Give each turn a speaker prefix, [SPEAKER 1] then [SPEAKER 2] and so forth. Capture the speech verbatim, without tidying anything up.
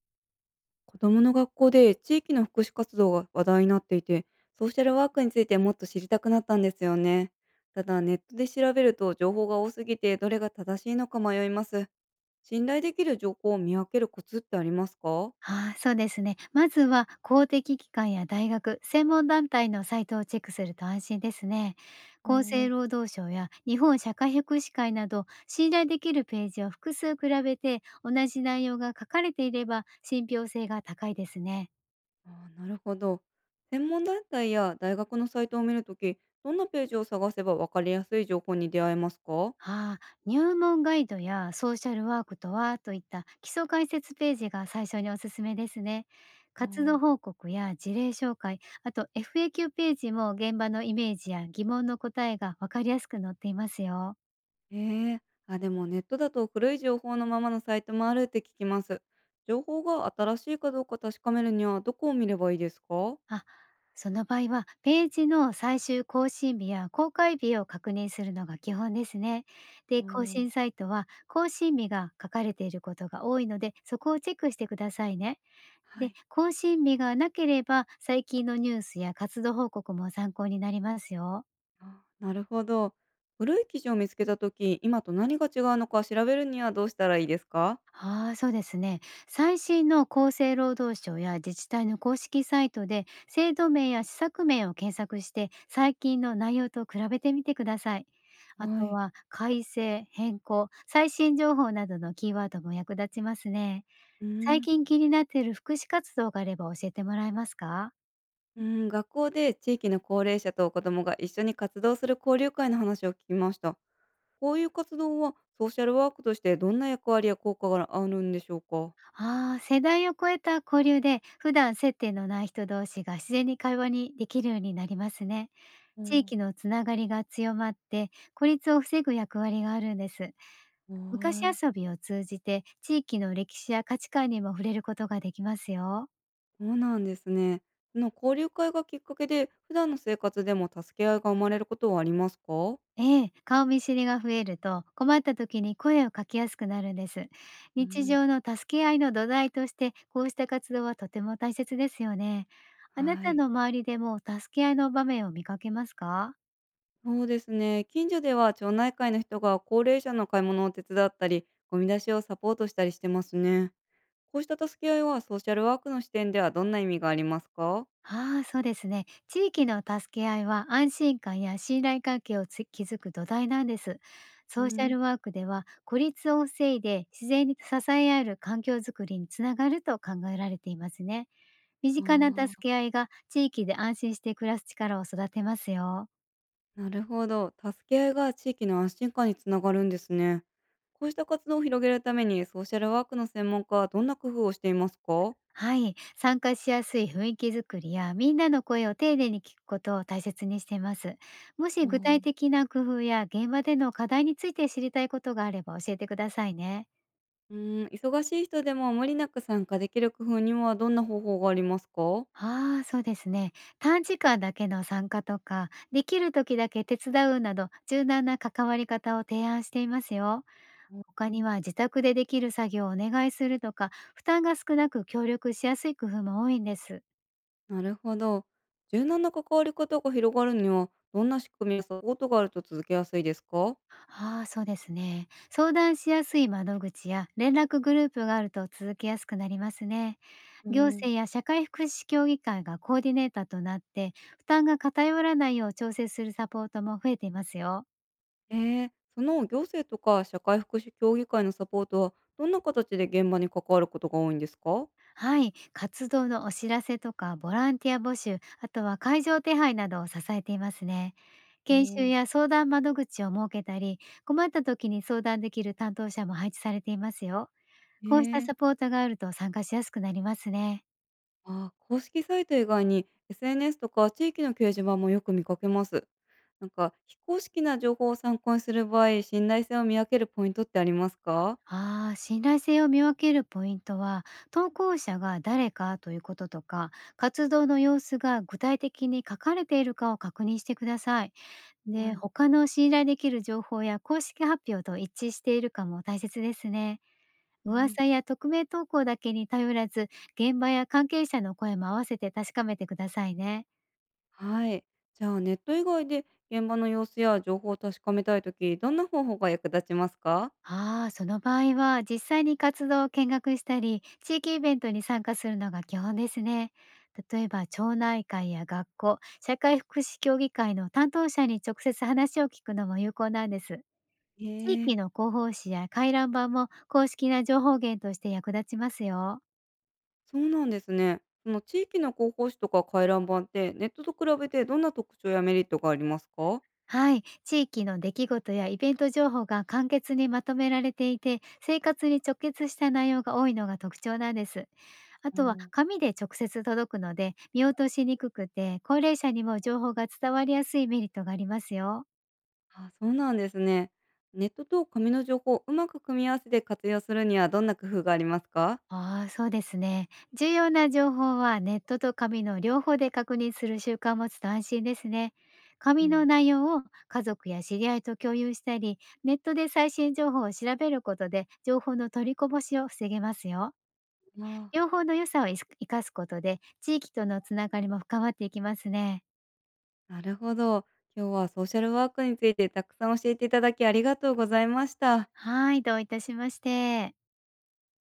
[SPEAKER 1] 子どもの学校で地域の福祉活動が話題になっていて、ソーシャルワークについてもっと知りたくなったんですよね。ただネットで調べると情報が多すぎてどれが正しいのか迷います。信頼できる情報を見分けるコツってありますか？
[SPEAKER 2] はい、そうですね。まずは公的機関や大学、専門団体のサイトをチェックすると安心ですね。
[SPEAKER 1] あ
[SPEAKER 2] 厚生
[SPEAKER 1] ん
[SPEAKER 2] 労働省や日本社会福祉会など信頼できるページを複数比べて同じ内容が書かれていれば信憑性が高いですね。
[SPEAKER 1] あーなるほど。専門団体や大学のサイトを見るとき、どんなページを探せば分かりやすい情報に出会えますか？
[SPEAKER 2] ああ、入門ガイドやソーシャルワークとはといった基礎解説ページが最初におすすめですね。
[SPEAKER 1] あ
[SPEAKER 2] 活動
[SPEAKER 1] ー
[SPEAKER 2] 報告や事例紹介、あと エフエーキュー ページも現場のイメージや疑問の答えがわかりやすく載っていますよ。
[SPEAKER 1] ええ、あ、でもネットだと古い情報のままのサイトもあるって聞きます。情報が新しいかどうか確かめるにはどこを見ればいいですか？
[SPEAKER 2] あ、その場合はページの最終更新日や公開日を確認するのが基本ですね。
[SPEAKER 1] あ
[SPEAKER 2] で、更
[SPEAKER 1] ー
[SPEAKER 2] 新サイトは更新日が書かれていることが多いので、そこをチェックしてくださいね。
[SPEAKER 1] は
[SPEAKER 2] で、
[SPEAKER 1] い。
[SPEAKER 2] 更新日がなければ、最近のニュースや活動報告も参考になりますよ。
[SPEAKER 1] あなるほど。古い記事を見つけたとき、今と何が違うのか調べるにはどうしたらいいですか？
[SPEAKER 2] ああ、そうですね。最新の厚生労働省や自治体の公式サイトで、制度名や施策名を検索して、最近の内容と比べてみてください。あ
[SPEAKER 1] は
[SPEAKER 2] と
[SPEAKER 1] い。
[SPEAKER 2] は、改正、変更、最新情報などのキーワードも役立ちますね。
[SPEAKER 1] うー
[SPEAKER 2] 最
[SPEAKER 1] ん、
[SPEAKER 2] 近気になっている福祉活動があれば教えてもらえますか？
[SPEAKER 1] うーん、学校で地域の高齢者と子どもが一緒に活動する交流会の話を聞きました。こういう活動はソーシャルワークとしてどんな役割や効果があるんでしょうか？
[SPEAKER 2] ああ、世代を超えた交流で、普段接点のない人同士が自然に会話にできるようになりますね。
[SPEAKER 1] お
[SPEAKER 2] 地
[SPEAKER 1] ー。
[SPEAKER 2] 域のつながりが強まって、孤立を防ぐ役割があるんです。
[SPEAKER 1] お
[SPEAKER 2] 昔
[SPEAKER 1] ー。
[SPEAKER 2] 遊びを通じて、地域の歴史や価値観にも触れることができますよ。
[SPEAKER 1] そうなんですね。その交流会がきっかけで、普段の生活でも助け合いが生まれることはありますか？
[SPEAKER 2] ええ、顔見知りが増えると、困った時に声をかけやすくなるんです。
[SPEAKER 1] う
[SPEAKER 2] 日
[SPEAKER 1] ん、
[SPEAKER 2] 常の助け合いの土台として、こうした活動はとても大切ですよね。あな
[SPEAKER 1] は
[SPEAKER 2] た
[SPEAKER 1] い。
[SPEAKER 2] の周りでも助け合いの場面を見かけますか？
[SPEAKER 1] そうですね。近所では町内会の人が高齢者の買い物を手伝ったり、ゴミ出しをサポートしたりしてますね。こうした助け合いはソーシャルワークの視点ではどんな意味がありますか？
[SPEAKER 2] ああ、そうですね。地域の助け合いは安心感や信頼関係をつ築く土台なんです。
[SPEAKER 1] う
[SPEAKER 2] ソーシャ
[SPEAKER 1] ん、
[SPEAKER 2] ルワークでは孤立を防いで自然に支え合える環境づくりにつながると考えられていますね。身近な助
[SPEAKER 1] あ
[SPEAKER 2] け合いが地域で安心して暮らす力を育てますよ。
[SPEAKER 1] あ、なるほど。助け合いが地域の安心感につながるんですね。こうした活動を広げるためにソーシャルワークの専門家はどんな工夫をしていますか？
[SPEAKER 2] はい。参加しやすい雰囲気づくりやみんなの声を丁寧に聞くことを大切にしています。もし具体的な工夫や現場での課題について知りたいことがあれば教えてくださいね。
[SPEAKER 1] うーん、忙しい人でも無理なく参加できる工夫にはどんな方法がありますか？
[SPEAKER 2] ああ、そうですね。短時間だけの参加とか、できる時だけ手伝うなど、柔軟な関わり方を提案していますよ。
[SPEAKER 1] う
[SPEAKER 2] 他に
[SPEAKER 1] ん。
[SPEAKER 2] は自宅でできる作業をお願いするとか、負担が少なく協力しやすい工夫も多いんです。
[SPEAKER 1] なるほど。柔軟な関わり方が広がるには、どんな仕組みやサポートがあると続けやすいですか？
[SPEAKER 2] ああ、そうですね。相談しやすい窓口や連絡グループがあると続けやすくなりますね。
[SPEAKER 1] うー
[SPEAKER 2] 行
[SPEAKER 1] ん。
[SPEAKER 2] 政や社会福祉協議会がコーディネーターとなって、負担が偏らないよう調整するサポートも増えていますよ。
[SPEAKER 1] ええ、その行政とか社会福祉協議会のサポートは、どんな形で現場に関わることが多いんですか？
[SPEAKER 2] はい、活動のお知らせとかボランティア募集、あとは会場手配などを支えていますね。
[SPEAKER 1] う
[SPEAKER 2] 研修
[SPEAKER 1] ーん。
[SPEAKER 2] や相談窓口を設けたり、困った時に相談できる担当者も配置されていますよ。こうした
[SPEAKER 1] え。
[SPEAKER 2] サポートがあると参加しやすくなりますね。
[SPEAKER 1] ああ、公式サイト以外に エスエヌエス とか地域の掲示板もよく見かけます。なんか非公式な情報を参考にする場合、信頼性を見分けるポイントってありますか？
[SPEAKER 2] ああ、信頼性を見分けるポイントは、投稿者が誰かということとか、活動の様子が具体的に書かれているかを確認してください。
[SPEAKER 1] は
[SPEAKER 2] で、
[SPEAKER 1] い。
[SPEAKER 2] 他の信頼できる情報や公式発表と一致しているかも大切ですね。
[SPEAKER 1] うん、
[SPEAKER 2] 噂や匿名投稿だけに頼らず、現場や関係者の声も合わせて確かめてくださいね。
[SPEAKER 1] はい。じゃあネット以外で現場の様子や情報を確かめたいとき、どんな方法が役立ちますか？
[SPEAKER 2] ああ、その場合は実際に活動を見学したり、地域イベントに参加するのが基本ですね。例えば町内会や学校、社会福祉協議会の担当者に直接話を聞くのも有効なんです。
[SPEAKER 1] え
[SPEAKER 2] 地
[SPEAKER 1] え、
[SPEAKER 2] 域の広報誌や回覧板も公式な情報源として役立ちますよ。
[SPEAKER 1] そうなんですね。その地域の広報誌とか回覧板ってネットと比べてどんな特徴やメリットがありますか？
[SPEAKER 2] はい、地域の出来事やイベント情報が簡潔にまとめられていて、生活に直結した内容が多いのが特徴なんです。あとは紙で直接届くので、見落としにくくて、高齢者にも情報が伝わりやすいメリットがありますよ。
[SPEAKER 1] あ、そうなんですね。ネットと紙の情報をうまく組み合わせて活用するにはどんな工夫がありますか？
[SPEAKER 2] ああ、そうですね。重要な情報はネットと紙の両方で確認する習慣を持つと安心ですね。
[SPEAKER 1] う
[SPEAKER 2] 紙の
[SPEAKER 1] ん。
[SPEAKER 2] 内容を家族や知り合いと共有したり、ネットで最新情報を調べることで情報の取りこぼしを防げますよ。
[SPEAKER 1] ああ、
[SPEAKER 2] 両方の良さをいす生かすことで地域とのつながりも深まっていきますね。
[SPEAKER 1] なるほど。今日はソーシャルワークについてたくさん教えていただきありがとうございました。
[SPEAKER 2] はい、どういたしまして。